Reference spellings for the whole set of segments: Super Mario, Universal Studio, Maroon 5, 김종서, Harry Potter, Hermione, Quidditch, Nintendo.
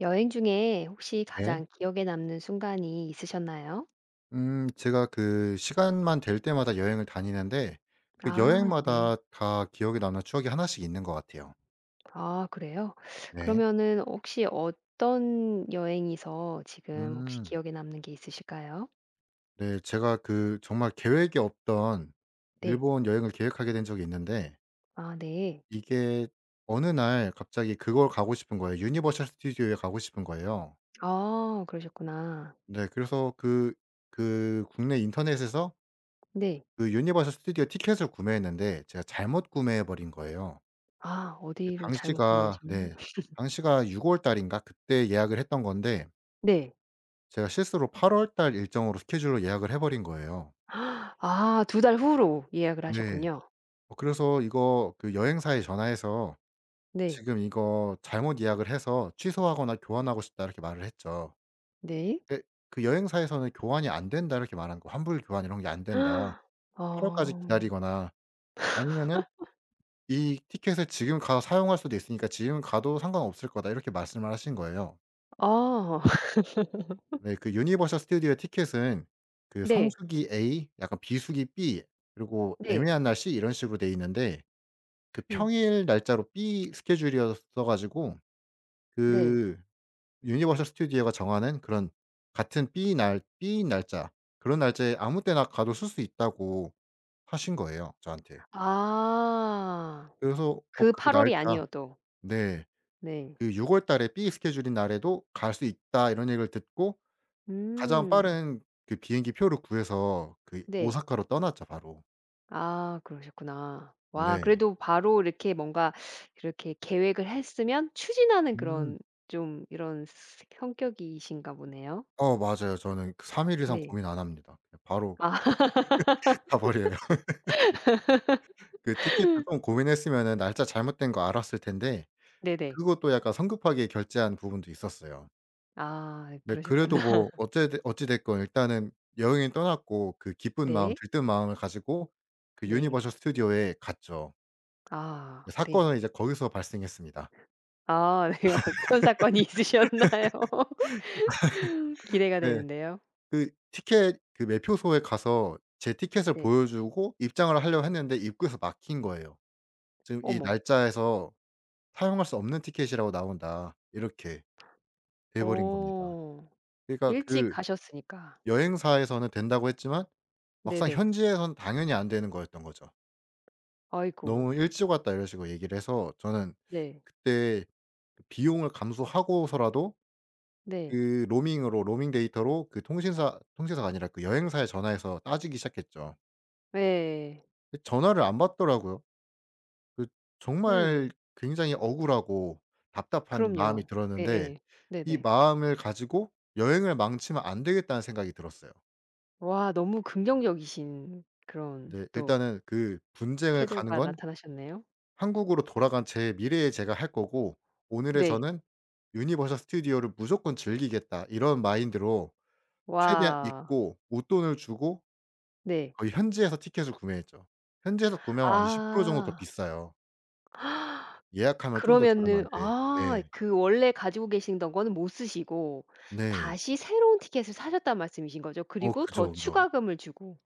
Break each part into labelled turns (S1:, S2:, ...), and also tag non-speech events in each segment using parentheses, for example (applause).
S1: 여행 중에 혹시
S2: 네.
S1: 가장 기억에 남는 순간이 있으셨나요?
S2: 제가 그 시간만 될 때마다 여행을 다니는데 그
S1: 아, 네.
S2: 여행마다 다 기억에 남는 추억이 하나씩 있는 것 같아요.
S1: 아, 그래요?
S2: 네.
S1: 그러면은 혹시 어떤 여행에서 지금 혹시
S2: 음.
S1: 기억에 남는 게 있으실까요?
S2: 네 제가 그 정말 계획이 없던
S1: 네.
S2: 일본 여행을 계획하게 된 적이 있는데
S1: 아, 네.
S2: 이게 어느 날 갑자기 그걸 가고 싶은 거예요. 유니버셜 스튜디오에 가고 싶은 거예요.
S1: 아, 그러셨구나.
S2: 네 그래서 그 국내 인터넷에서
S1: 네.
S2: 그 유니버셜 스튜디오 티켓을 구매했는데 제가 잘못 구매해 버린 거예요.
S1: 아,
S2: 그
S1: 어디로 잘못
S2: 당시가
S1: 구매하셨나요?
S2: 네.
S1: (laughs)
S2: 당시가 6월 달인가 그때 예약을 했던 건데
S1: 네.
S2: 제가 실수로 8월달 일정으로 스케줄로 예약을 해 버린 거예요.
S1: (gasps) 아, 두 달 후로 예약을
S2: 네.
S1: 하셨군요.
S2: 그래서 이거 그 여행사에 전화해서
S1: 네.
S2: "지금 이거 잘못 예약을 해서 취소하거나 교환하고 싶다." 이렇게 말을 했죠.
S1: 네.
S2: 근데 그 여행사에서는 "교환이 안 된다." 이렇게 말한 거 "환불 교환 이런 게 안 된다.
S1: (gasps)
S2: 8 월까지
S1: 어.
S2: 기다리거나 아니면은 이 티켓을 지금 가서 사용할 수도 있으니까 지금 가도 상관없을 거다." 이렇게 말씀을 하신 거예요.
S1: 아. (laughs)
S2: 네. 그 유니버셜 스튜디오의 티켓은 그
S1: 네.
S2: 성수기 A 약간 비수기 B 그리고
S1: 네.
S2: 애매한 날 C 이런 식으로 돼 있는데 그
S1: 음.
S2: 평일 날짜로 B 스케줄이었어 가지고
S1: 네.
S2: 그 유니버셜 스튜디오가 정하는 그런 같은 B 날 B 날짜 그런 날짜에 아무 때나 가도 쓸 수 있다고 하신 거예요, 저한테.
S1: 아.
S2: 그래서
S1: 그
S2: 그
S1: 8월
S2: 날짜
S1: 월이 아니어도.
S2: 네.
S1: 네.
S2: 그 6월 달에 B 스케줄인 날에도 갈 수 있다 이런 얘기를 듣고 가장
S1: 음.
S2: 빠른 그 비행기 표를 구해서 그
S1: 네.
S2: 오사카로 떠났죠 바로.
S1: 아, 그러셨구나. 와,
S2: 네.
S1: 그래도 바로 이렇게 뭔가 이렇게 계획을 했으면 추진하는
S2: 음.
S1: 그런 좀 이런 스 성격이신가 보네요.
S2: 맞아요. 저는 그 3 일 이상
S1: 네.
S2: 고민 안 합니다. 그냥 바로
S1: 아. (laughs)
S2: (laughs) 가 버려요. 그 티켓도 좀 고민했으면은 날짜 잘못된 거 알았을 텐데
S1: 네네.
S2: 그것도 약간 성급하게 결제한 부분도 있었어요.
S1: 아,
S2: 근데
S1: 그러셨구나.
S2: 그래도 뭐
S1: (laughs)
S2: 어째 됐 어찌 됐건 일단은 여행은 떠났고 그 기쁜 마음
S1: 네.
S2: 들뜬 마음을 가지고 그
S1: 네.
S2: 유니버셜 스튜디오에 갔죠.
S1: 아, 네.
S2: 사건은 이제 거기서 발생했습니다.
S1: 아, 네. (laughs) 어떤 사건이 있으셨나요? (laughs) 기대가
S2: 네.
S1: 되는데요.
S2: 그 티켓 그 매표소에 가서 제 티켓을
S1: 네.
S2: 보여주고 입장을 하려고 했는데 입구에서 막힌 거예요. "지금 이
S1: 어머.
S2: 날짜에서 사용할 수 없는 티켓이라고 나온다." 이렇게 돼 버린 겁니다.
S1: 어.
S2: 그러니까
S1: 일찍
S2: 그
S1: 가셨으니까.
S2: 여행사에서는 된다고 했지만 막상
S1: 네네.
S2: 현지에선 당연히 안 되는 거였던 거죠.
S1: 아이고.
S2: "너무 일찍 왔다." 이런 식으로 얘기를 해서 저는
S1: 네.
S2: 그때 그 비용을 감수하고서라도
S1: 네.
S2: 그 로밍으로 로밍 데이터로 그 통신사가 아니라 그 여행사에 전화해서 따지기 시작했죠.
S1: 예.
S2: 근데 전화를 안 받더라고요. 그
S1: 음.
S2: 정말 굉장히 억울하고 답답한 마음이
S1: 그럼요.
S2: 들었는데
S1: 예예.
S2: 이
S1: 네네.
S2: 마음을 가지고 '여행을 망치면 안 되겠다.'는 생각이 들었어요.
S1: 와, 너무 긍정적이신 그런
S2: 네
S1: 또
S2: 일단은 그 분쟁을 가는
S1: 태도가
S2: 건
S1: 나타나셨네요.
S2: 한국으로 돌아간 제 미래에 제가 할 거고 오늘의
S1: 네.
S2: 저는 '유니버설 스튜디오를 무조건 즐기겠다.' 이런 마인드로 최대한
S1: 와.
S2: 잊고 웃돈을 주고
S1: 네.
S2: 거의 현지에서 티켓을 구매했죠. 현지에서 구매하면 한 20% 정도 더
S1: 아.
S2: 비싸요. 예약하면 좀 더
S1: 그러면은
S2: 저렴한데.
S1: 아,
S2: 네.
S1: 그 원래 가지고 계시던 거는 못 쓰시고
S2: 네.
S1: 다시 새로운 티켓을 사셨다는 말씀이신 거죠? 그리고 더
S2: 그죠, 그죠.
S1: 추가금을 주고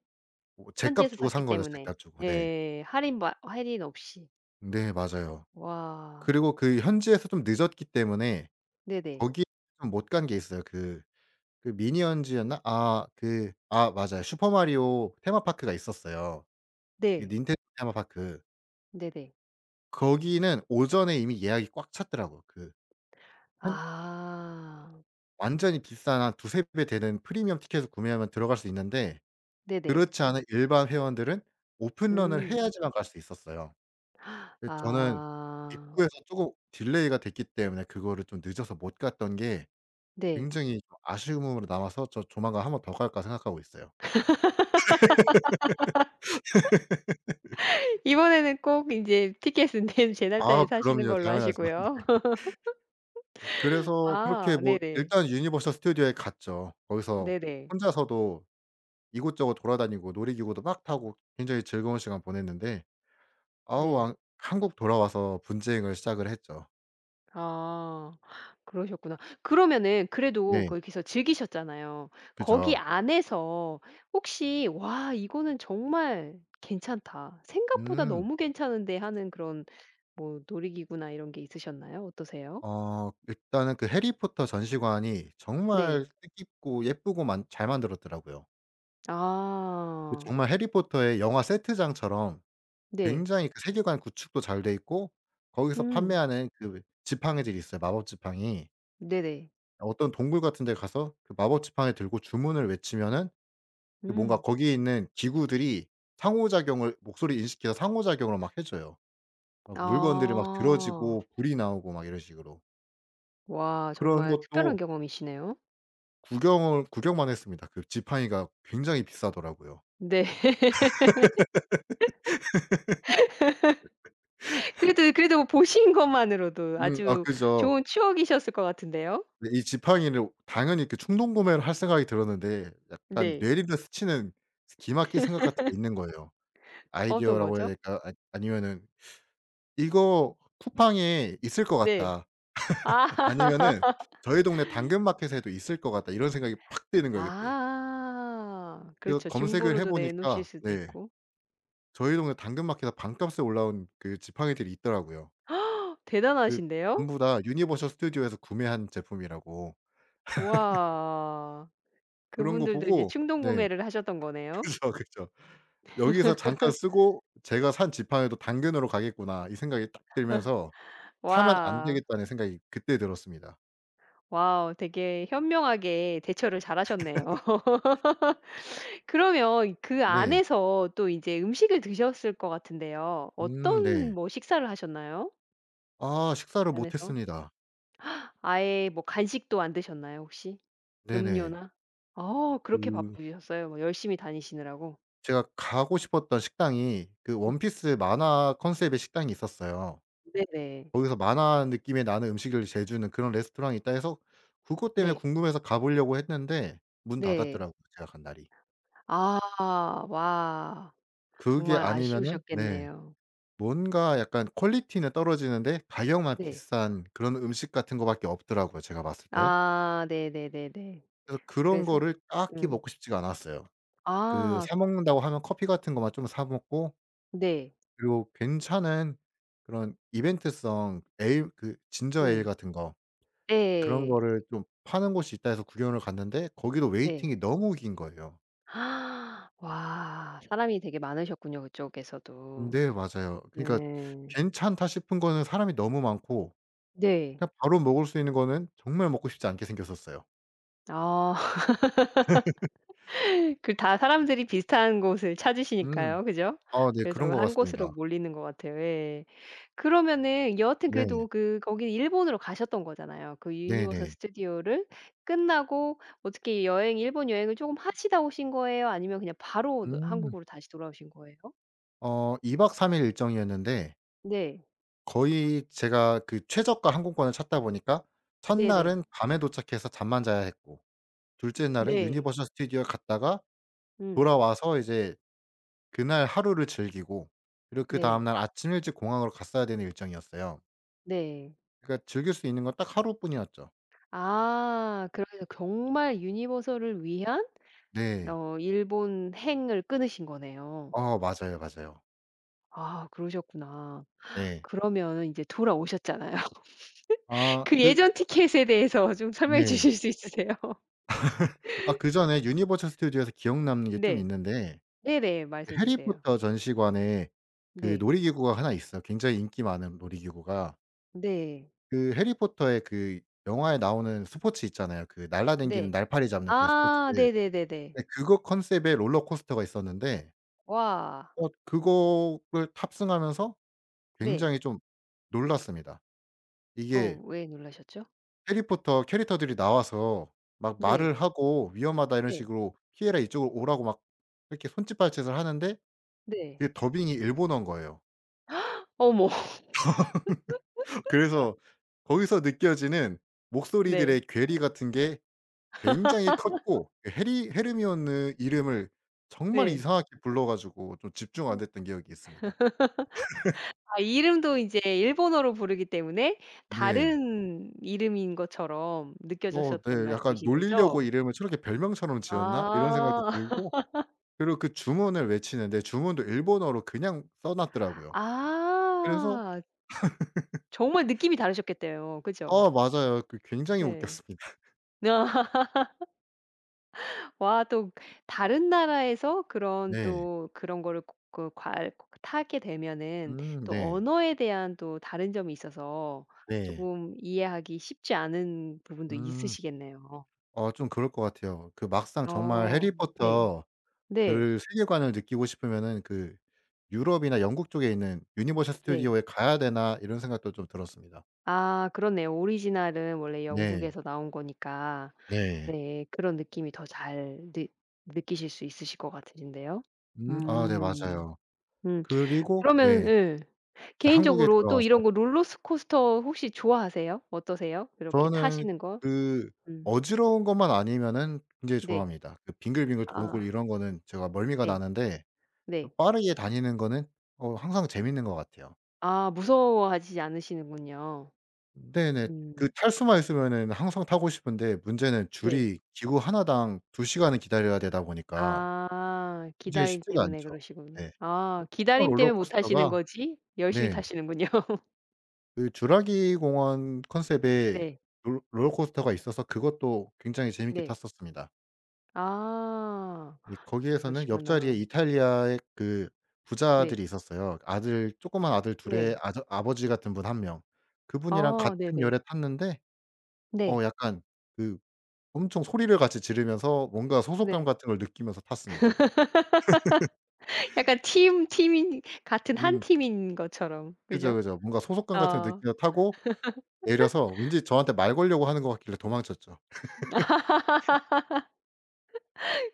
S2: 제값
S1: 현지에서
S2: 주고
S1: 샀기
S2: 산 거죠,
S1: 때문에.
S2: 제값 주고. 네.
S1: 예. 할인 바 할인 없이.
S2: 네 맞아요.
S1: 와.
S2: 그리고 그 현지에서 좀 늦었기 때문에
S1: 네네.
S2: 거기에 좀 못 간 게 있어요. 그 미니언즈였나? 그 맞아요. 슈퍼 마리오 테마파크가 있었어요. 이
S1: 네.
S2: 닌텐도 테마파크.
S1: 네네.
S2: 거기는 오전에 이미 예약이 꽉 찼더라고요. 그 한
S1: 아.
S2: 완전히 비싼 한 두세 배 되는 프리미엄 티켓을 구매하면 들어갈 수 있는데
S1: 네네.
S2: 그렇지 않은 일반 회원들은 오픈런을
S1: 음.
S2: 해야지만 갈 수 있었어요. 그 저는
S1: 아,
S2: 입구에서 쪼금 딜레이가 됐기 때문에 그거를 좀 늦어서 못 갔던 게
S1: 네.
S2: 굉장히 좀 아쉬움으로 남아서 저 조만간 한번 더 갈까 생각하고 있어요.
S1: 이번에는 꼭 인제 티켓은 된 제 날짜에 사시는
S2: 그럼요.
S1: 걸로
S2: 당연하죠. (laughs)
S1: 하시고요.
S2: 네.
S1: (laughs)
S2: 그래서 그렇게
S1: 아,
S2: 뭐
S1: 네네.
S2: 일단 유니버설 스튜디오에 갔죠. 거기서
S1: 네네.
S2: 혼자서도 이곳저곳 돌아다니고 놀이기구도 막 타고 굉장히 즐거운 시간 보냈는데 아우
S1: 네.
S2: 아 한국 돌아와서 분쟁을 시작을 했죠.
S1: 아, 그러셨구나. 그러면은 그래도
S2: 네.
S1: 거기서 즐기셨잖아요. 거기
S2: 그죠.
S1: 안에서 혹시 '와, 이거는 정말 괜찮다. 생각보다
S2: 음.
S1: 너무 괜찮은데.' 하는 그런 뭐 놀이기구나 이런 게 있으셨나요? 어떠세요?
S2: 일단은 그 해리포터 전시관이
S1: 네.
S2: 정말 뜻깊고 예쁘고 만 잘 만들었더라고요. 그쵸.
S1: 아,
S2: 정말 해리포터의 영화 세트장처럼
S1: 네.
S2: 굉장히 그 세계관 구축도 잘 돼 있고 거기서
S1: 음.
S2: 판매하는 그 지팡이들이 있어요, 마법 지팡이.
S1: 네네.
S2: 어떤 동굴 같은 데 가서 그 마법 지팡이 들고 주문을 외치면은 그 뭔가
S1: 음.
S2: 거기에 있는 기구들이 상호작용을 목소리 인식해서 상호작용을 막 해 줘요. 막 물건들이 막
S1: 아.
S2: 들어지고 불이 나오고 막 이런 식으로.
S1: 와,
S2: 그런
S1: 정말 특별한
S2: 것도
S1: 경험이시네요.
S2: 구경을 구경만 했습니다. 그 지팡이가 굉장히 비싸더라고요.
S1: 네. (laughs) 그래도 그래도 뭐 보신 것만으로도 아주
S2: 그죠.
S1: 좋은 추억이셨을 것 같은데요.
S2: 근데 이 지팡이를 당연히 그 충동 구매를 할 생각이 들었는데 약간
S1: 네.
S2: 뇌리를 스치는 기막힐 생각 같은 게 있는 거예요.
S1: 어떤
S2: 아이디어라고 해야
S1: 거죠?
S2: 될까? 아니면은 '이거 쿠팡에 있을 것
S1: 네.
S2: 같다.'
S1: 아.
S2: 아니면은
S1: (laughs)
S2: '저희 동네 당근마켓에도 있을 것 같다.' 이런 생각이 팍 드는 거예요 그때.
S1: 아.
S2: 그래서
S1: 그렇죠.
S2: 검색을 해
S1: 중고로도 내놓으실
S2: 보니까
S1: 수도
S2: 네
S1: 있고.
S2: 저희 동네 당근마켓에 반값에 올라온 그 지팡이들이 있더라고요. 그
S1: 대단하신데요.
S2: 전부 다 유니버셜 스튜디오에서 구매한 제품이라고.
S1: 와.
S2: 그런 거
S1: 그분들도 이제
S2: 보고
S1: 충동
S2: 네.
S1: 구매를 하셨던 거네요.
S2: (laughs) 그죠, 그죠. '여기서 잠깐 쓰고 제가 산 지팡이도 단근으로 가겠구나.' 이 생각이 딱 들면서 '사면 안
S1: 와.
S2: 되겠다.'는 생각이 그때 들었습니다.
S1: 와우. 되게 현명하게 대처를 잘하셨네요. 그러면 그
S2: 네.
S1: 안에서 또 이제 음식을 드셨을 것 같은데요. 어떤
S2: 네.
S1: 뭐 식사를 하셨나요?
S2: 아 식사를
S1: 그
S2: 못
S1: 안에서?
S2: 했습니다.
S1: 아예 뭐 간식도 안 드셨나요, 혹시?
S2: 네네.
S1: 음료나? 아, 그렇게
S2: 그
S1: 바쁘셨어요? 뭐 열심히 다니시느라고.
S2: 제가 가고 싶었던 식당이 그 원피스 만화 컨셉의 식당이 있었어요.
S1: 네네.
S2: 거기서 만화 느낌의 나는 음식을 재주는 그런 레스토랑이 있다 해서 그것 때문에
S1: 네.
S2: 궁금해서 가 보려고 했는데 문
S1: 네.
S2: 닫았더라고요 제가 간 날이.
S1: 아. 와.
S2: 그게
S1: 정말
S2: 아니면은 네
S1: 아쉬우셨겠네요.
S2: 뭔가 약간 퀄리티는 떨어지는데 가격만
S1: 네.
S2: 비싼 그런 음식 같은 거 밖에 없더라고요 제가 봤을 때.
S1: 아, 네네네네.
S2: 그래서 그런
S1: 그래서?
S2: 거를 딱히
S1: 음.
S2: 먹고 싶지가 않았어요. 그
S1: 아,
S2: 사 먹는다고 하면 커피 같은 것만 좀 사 먹고
S1: 네.
S2: 그리고 괜찮은 그런 이벤트성 에일 그 진저 에일
S1: 음.
S2: 같은 거 그런
S1: 네.
S2: 거를 좀 파는 곳이 있다 해서 구경을 갔는데 거기도
S1: 네.
S2: 웨이팅이 너무 긴 거예요.
S1: 아. 와, 사람이 되게 많으셨군요 그쪽에서도.
S2: 네 맞아요. 그러니까
S1: 네.
S2: 괜찮다 싶은 거는 사람이 너무 많고
S1: 네.
S2: 그냥 바로 먹을 수 있는 거는 정말 먹고 싶지 않게 생겼었어요.
S1: 아. (laughs) 그 다 사람들이 비슷한 곳을
S2: 음.
S1: 찾으시니까요. 그죠?
S2: 네
S1: 그래서
S2: 그런 것
S1: 한 곳으로
S2: 같습니다.
S1: 몰리는 것 같아요. 예. 그러면은 여하튼
S2: 네.
S1: 그래도 그 거기 일본으로 가셨던 거잖아요. 그 유니버설
S2: 네네.
S1: 스튜디오를 끝나고 어떻게 여행 일본 여행을 쪼금 하시다 오신 거예요? 아니면 그냥 바로 너
S2: 음.
S1: 한국으로 다시 돌아오신 거예요?
S2: 2 박 3일 일정이었는데
S1: 네.
S2: 거의 제가 그 최저가 항공권을 찾다 보니까
S1: 네네.
S2: 첫날은 밤에 도착해서 잠만 자야 했고 둘째 날은
S1: 네.
S2: 유니버설 스튜디오에 갔다가
S1: 음.
S2: 돌아와서 이제 그날 하루를 즐기고 그리고 그다음
S1: 네.
S2: 날 아침 일찍 공항으로 갔어야 되는 일정이었어요.
S1: 네.
S2: 그러니까 즐길 수 있는 건 딱 하루뿐이었죠.
S1: 아, 그러면 정말 유니버설을 위한
S2: 네.
S1: 일본행을 끊으신 거네요.
S2: 맞아요, 맞아요.
S1: 아, 그러셨구나.
S2: 네.
S1: 그러면 이제 돌아오셨잖아요. (laughs) 그
S2: 그
S1: 예전 티켓에 대해서 좀 설명해
S2: 네.
S1: 주실 수 있으세요? (laughs)
S2: 아 그전에 유니버셜 스튜디오에서 기억 남는 게 좀
S1: 네.
S2: 있는데
S1: 네네.
S2: 그
S1: 말씀해 주세요.
S2: 해리포터 전시관에 그
S1: 네.
S2: 놀이기구가 하나 있어요. 굉장히 인기 많은 놀이기구가.
S1: 네.
S2: 그 해리포터의 그 영화에 나오는 스포츠 있잖아요. 그 날라댕기는
S1: 네.
S2: 날파리 잡는 그 스포츠.
S1: 아, 네네네네.
S2: 네 그거 컨셉의 롤러코스터가 있었는데
S1: 와.
S2: 그거를 탑승하면서
S1: 네.
S2: 굉장히 좀 놀랐습니다.
S1: 어,
S2: 이게
S1: 왜 놀라셨죠?
S2: 해리포터 캐릭터들이 나와서 막 말을
S1: 네.
S2: 하고 "위험하다." 이런
S1: 네.
S2: 식으로 "피해라." 이쪽으로 오라고 막 이렇게 손짓발짓을 하는데
S1: 네.
S2: 그게 더빙이 일본어인 거예요.
S1: 어머. (laughs)
S2: (laughs) 그래서 거기서 느껴지는
S1: 네.
S2: 목소리들의 괴리 같은 게 굉장히 컸고 그 해리 헤르미온느 이름을 정말
S1: 네.
S2: 이상하게 불러 가지고 좀 집중 안 됐던 기억이 있습니다.
S1: 아, 이름도 이제 일본어로 부르기 때문에
S2: 네.
S1: 다른 이름인 것처럼 느껴졌었다는
S2: 네. 약간
S1: 말씀이신
S2: '놀리려고
S1: 거죠?
S2: 이름을 저렇게 별명처럼 지었나?' 이런 생각도
S1: 아.
S2: 들고 그리고 그 주문을 외치는데 주문도 일본어로 그냥 써 놨더라고요. 그래서
S1: 아. 정말 느낌이 다르셨겠대요. 그죠?
S2: 아 맞아요. 그 굉장히
S1: 네.
S2: 웃겼습니다.
S1: 아. (laughs) 와또 다른 나라에서 그런
S2: 네.
S1: 또 그런 거를 그 괄 타게 되면은 또
S2: 네.
S1: 언어에 대한 또 다른 점이 있어서
S2: 네.
S1: 쪼금 이해하기 쉽지 않은 부분도
S2: 음.
S1: 있으시겠네요.
S2: 좀 그럴 것 같아요. 그 막상 정말
S1: 어. 네.
S2: 해리포터
S1: 네.
S2: 그 세계관을 느끼고 싶으면은 그 유럽이나 영국 쪽에 있는 유니버셜
S1: 네.
S2: 스튜디오에 가야 되나 이런 생각도 좀 들었습니다.
S1: 아, 그렇네요. 오리지널은 원래
S2: 네.
S1: 영국에서 나온 거니까
S2: 네.
S1: 네, 그런 느낌이 더 잘 느 느끼실 수 있으실 것 같으신데요.
S2: 네
S1: 음.
S2: 맞아요.
S1: 음.
S2: 그리고
S1: 그러면
S2: 네.
S1: 예,
S2: 이제 한국에
S1: 개인적으로 또
S2: 돌아와서
S1: 이런 거 롤러스코스터 혹시 좋아하세요? 어떠세요? 이렇게
S2: 저는
S1: 타시는 거?
S2: 그
S1: 음.
S2: 어지러운 것만 아니면은 굉장히
S1: 네.
S2: 좋아합니다. 그 빙글빙글 돌고
S1: 아,
S2: 이런 거는 제가 멀미가
S1: 네.
S2: 나는데 또
S1: 네.
S2: 빠르게 다니는 거는 항상 재밌는 것 같아요.
S1: 아, 무서워하지 않으시는군요.
S2: 네네. 그
S1: 음.
S2: 탈 수만 있으면은 항상 타고 싶은데 문제는
S1: 네.
S2: 줄이 기구 하나당 두 시간을 기다려야 되다 보니까
S1: 아,
S2: 굉장히
S1: 기다림
S2: 쉽지가 않죠.
S1: 때문에 그러시구나.
S2: 네.
S1: 아,
S2: 탔던
S1: 기다림 때문에 못 타시는
S2: 롤러코스터가
S1: 거지 열심히
S2: 네
S1: 타시는군요. (laughs)
S2: 그 주라기 공원 컨셉의
S1: 네.
S2: 롤 롤러코스터가 있어서 그것도 굉장히 재밌게
S1: 네.
S2: 탔었습니다.
S1: 아,
S2: 네 거기에서는 옆자리에
S1: 그러시구나.
S2: 이탈리아의 그
S1: 네.
S2: 부자들이 있었어요. 아들 둘의
S1: 네.
S2: 아저 아버지 같은 분 1명. 그분이랑
S1: 아,
S2: 같은 열에
S1: 네네.
S2: 탔는데
S1: 네.
S2: 약간 그 엄청 소리를 같이 지르면서 뭔가 소속감
S1: 네.
S2: 같은 걸 느끼면서 탔습니다.
S1: 약간 팀 팀인 같은 한
S2: 음
S1: 팀인 것처럼.
S2: 그죠,
S1: 그죠?
S2: 그죠. 뭔가 소속감 같은 걸
S1: 어.
S2: 느끼며 타고 내려서 왠지 저한테 말 걸려고 하는 것 같길래 도망쳤죠.
S1: (laughs)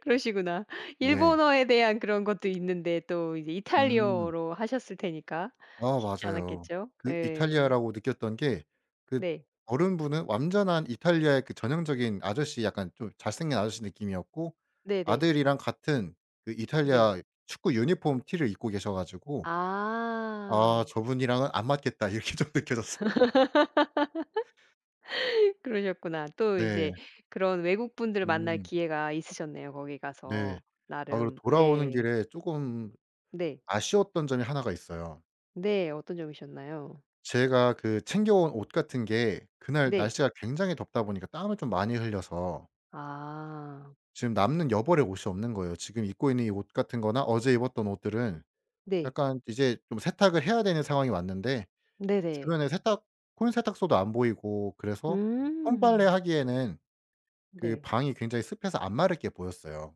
S1: 그러시구나.
S2: 네.
S1: 일본어에 대한 그런 것도 있는데 또 이제
S2: 음.
S1: 이탈리아어로 하셨을 테니까
S2: 아
S1: 쉽지
S2: 맞아요.
S1: 않았겠죠?
S2: 그
S1: 예.
S2: 이탈리아라고 느꼈던 게 그
S1: 네.
S2: 어른분은 완전한 이탈리아의 그 전형적인 아저씨 약간 좀 잘생긴 아저씨 느낌이었고
S1: 네네.
S2: 아들이랑 같은 그
S1: 네.
S2: 이탈리아 축구 유니폼 티를 입고 계셔 가지고
S1: 아.
S2: '아 저분이랑은 안 맞겠다.' (laughs) 이렇게 좀 느껴졌어
S1: (laughs) 그러셨구나. 또
S2: 네.
S1: 이제 그런 외국분들 만날
S2: 음
S1: 기회가 있으셨네요, 거기
S2: 네.
S1: 가서
S2: 아 그리고
S1: 나름. 네.
S2: 돌아오는
S1: 네.
S2: 길에 쪼금
S1: 네.
S2: 아쉬웠던 점이 하나가 있어요.
S1: 네. 어떤 점이셨나요?
S2: 제가 그 챙겨온 옷 같은 게 그날
S1: 네.
S2: 날씨가 굉장히 덥다 보니까 땀을 좀 많이 흘려서
S1: 아.
S2: 지금 남는 여벌의 옷이 없는 거예요. 지금 입고 있는 이 옷 같은 거나 어제 입었던 옷들은
S1: 네.
S2: 약간 이제 좀 세탁을 해야 되는 상황이 왔는데
S1: 네네.
S2: 주변에 세탁소도 안 보이고 그래서 손빨래
S1: 음.
S2: 하기에는 그
S1: 네.
S2: 방이 굉장히 습해서 안 마르게 보였어요,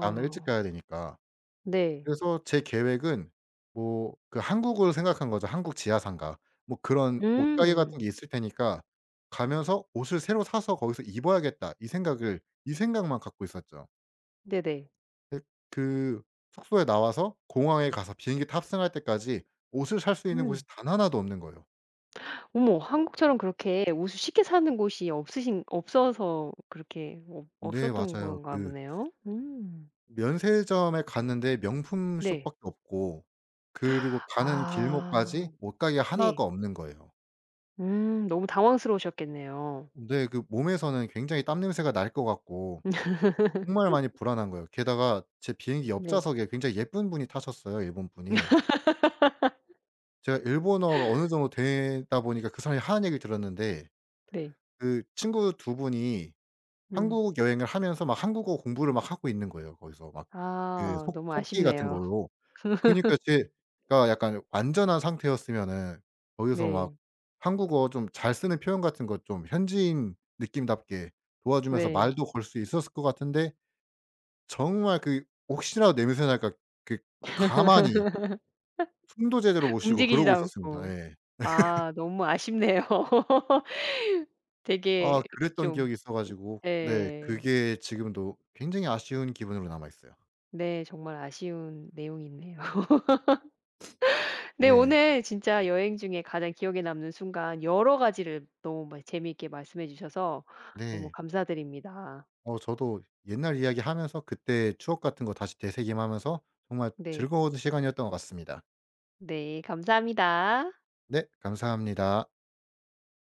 S2: 다음날 일찍 가야 되니까.
S1: 네.
S2: 그래서 제 계획은 뭐 그 한국을 생각한 거죠. 한국 지하상가. 뭐 그런 옷가게 같은
S1: 음.
S2: 게 있을 테니까 가면서 '옷을 새로 사서 거기서 입어야겠다.' 이 생각만 갖고 있었죠.
S1: 네네.
S2: 그 그 숙소에 나와서 공항에 가서 비행기 탑승할 때까지 옷을 살 수 있는 곳이
S1: 음.
S2: 단 하나도 없는 거예요.
S1: 어머, 한국처럼 그렇게 옷을 쉽게 사는 곳이 없으신 없어서 그렇게 없
S2: 네
S1: 없었던
S2: 맞아요.
S1: 건가
S2: 그
S1: 보네요. 음.
S2: 면세점에 갔는데 명품
S1: 네.
S2: 숍밖에 없고 그리고 가는
S1: 아.
S2: 길목까지 옷가게 하나가
S1: 네.
S2: 없는 거예요.
S1: 음. 너무 당황스러우셨겠네요.
S2: 네 그 몸에서는 굉장히 땀 냄새가 날 것 같고 정말 많이 불안한 거예요. 게다가 제 비행기
S1: 네.
S2: 옆좌석에 굉장히 예쁜 분이 타셨어요, 일본 분이. 제가 일본어가 어느 정도 되다 보니까 그 사람이 하는 얘기를 들었는데
S1: 네.
S2: 그 친구 두 분이
S1: 음.
S2: 한국 여행을 하면서 막 한국어 공부를 막 하고 있는 거예요. 거기서 막 그
S1: 아,
S2: 속
S1: 너무
S2: 속기 같은
S1: 아쉽네요. (laughs)
S2: 걸로. 그니까 제가 약간 완전한 상태였으면은 거기서 막
S1: 네.
S2: 한국어 좀 잘 쓰는 표현 같은 것 좀 현지인 느낌답게 도와주면서
S1: 네.
S2: 말도 걸 수 있었을 것 같은데 정말 그 혹시라도 냄새 날까 그 가만히 숨도 제대로 못 쉬고
S1: 움직이지도
S2: 그러고 있었습니다.
S1: 않고.
S2: 예.
S1: 아, 너무 아쉽네요. (laughs) 되게
S2: 아 그랬던
S1: 좀.
S2: 기억이 있어 가지고 네
S1: 네.
S2: 그게 지금도 굉장히 아쉬운 기분으로 남아 있어요.
S1: 네, 정말 아쉬운 내용이 있네요. (laughs) 네,
S2: 네.
S1: 오늘 진짜 여행 중에 가장 기억에 남는 순간 여러 가지를 너무 막 재미있게 말씀해 주셔서 너무
S2: 네.
S1: 감사드립니다.
S2: 저도 옛날 이야기하면서 그때 추억 같은 거 다시 되새김하면서 정말
S1: 네.
S2: 즐거운 시간이었던 것 같습니다.
S1: 네, 감사합니다.
S2: 네 감사합니다.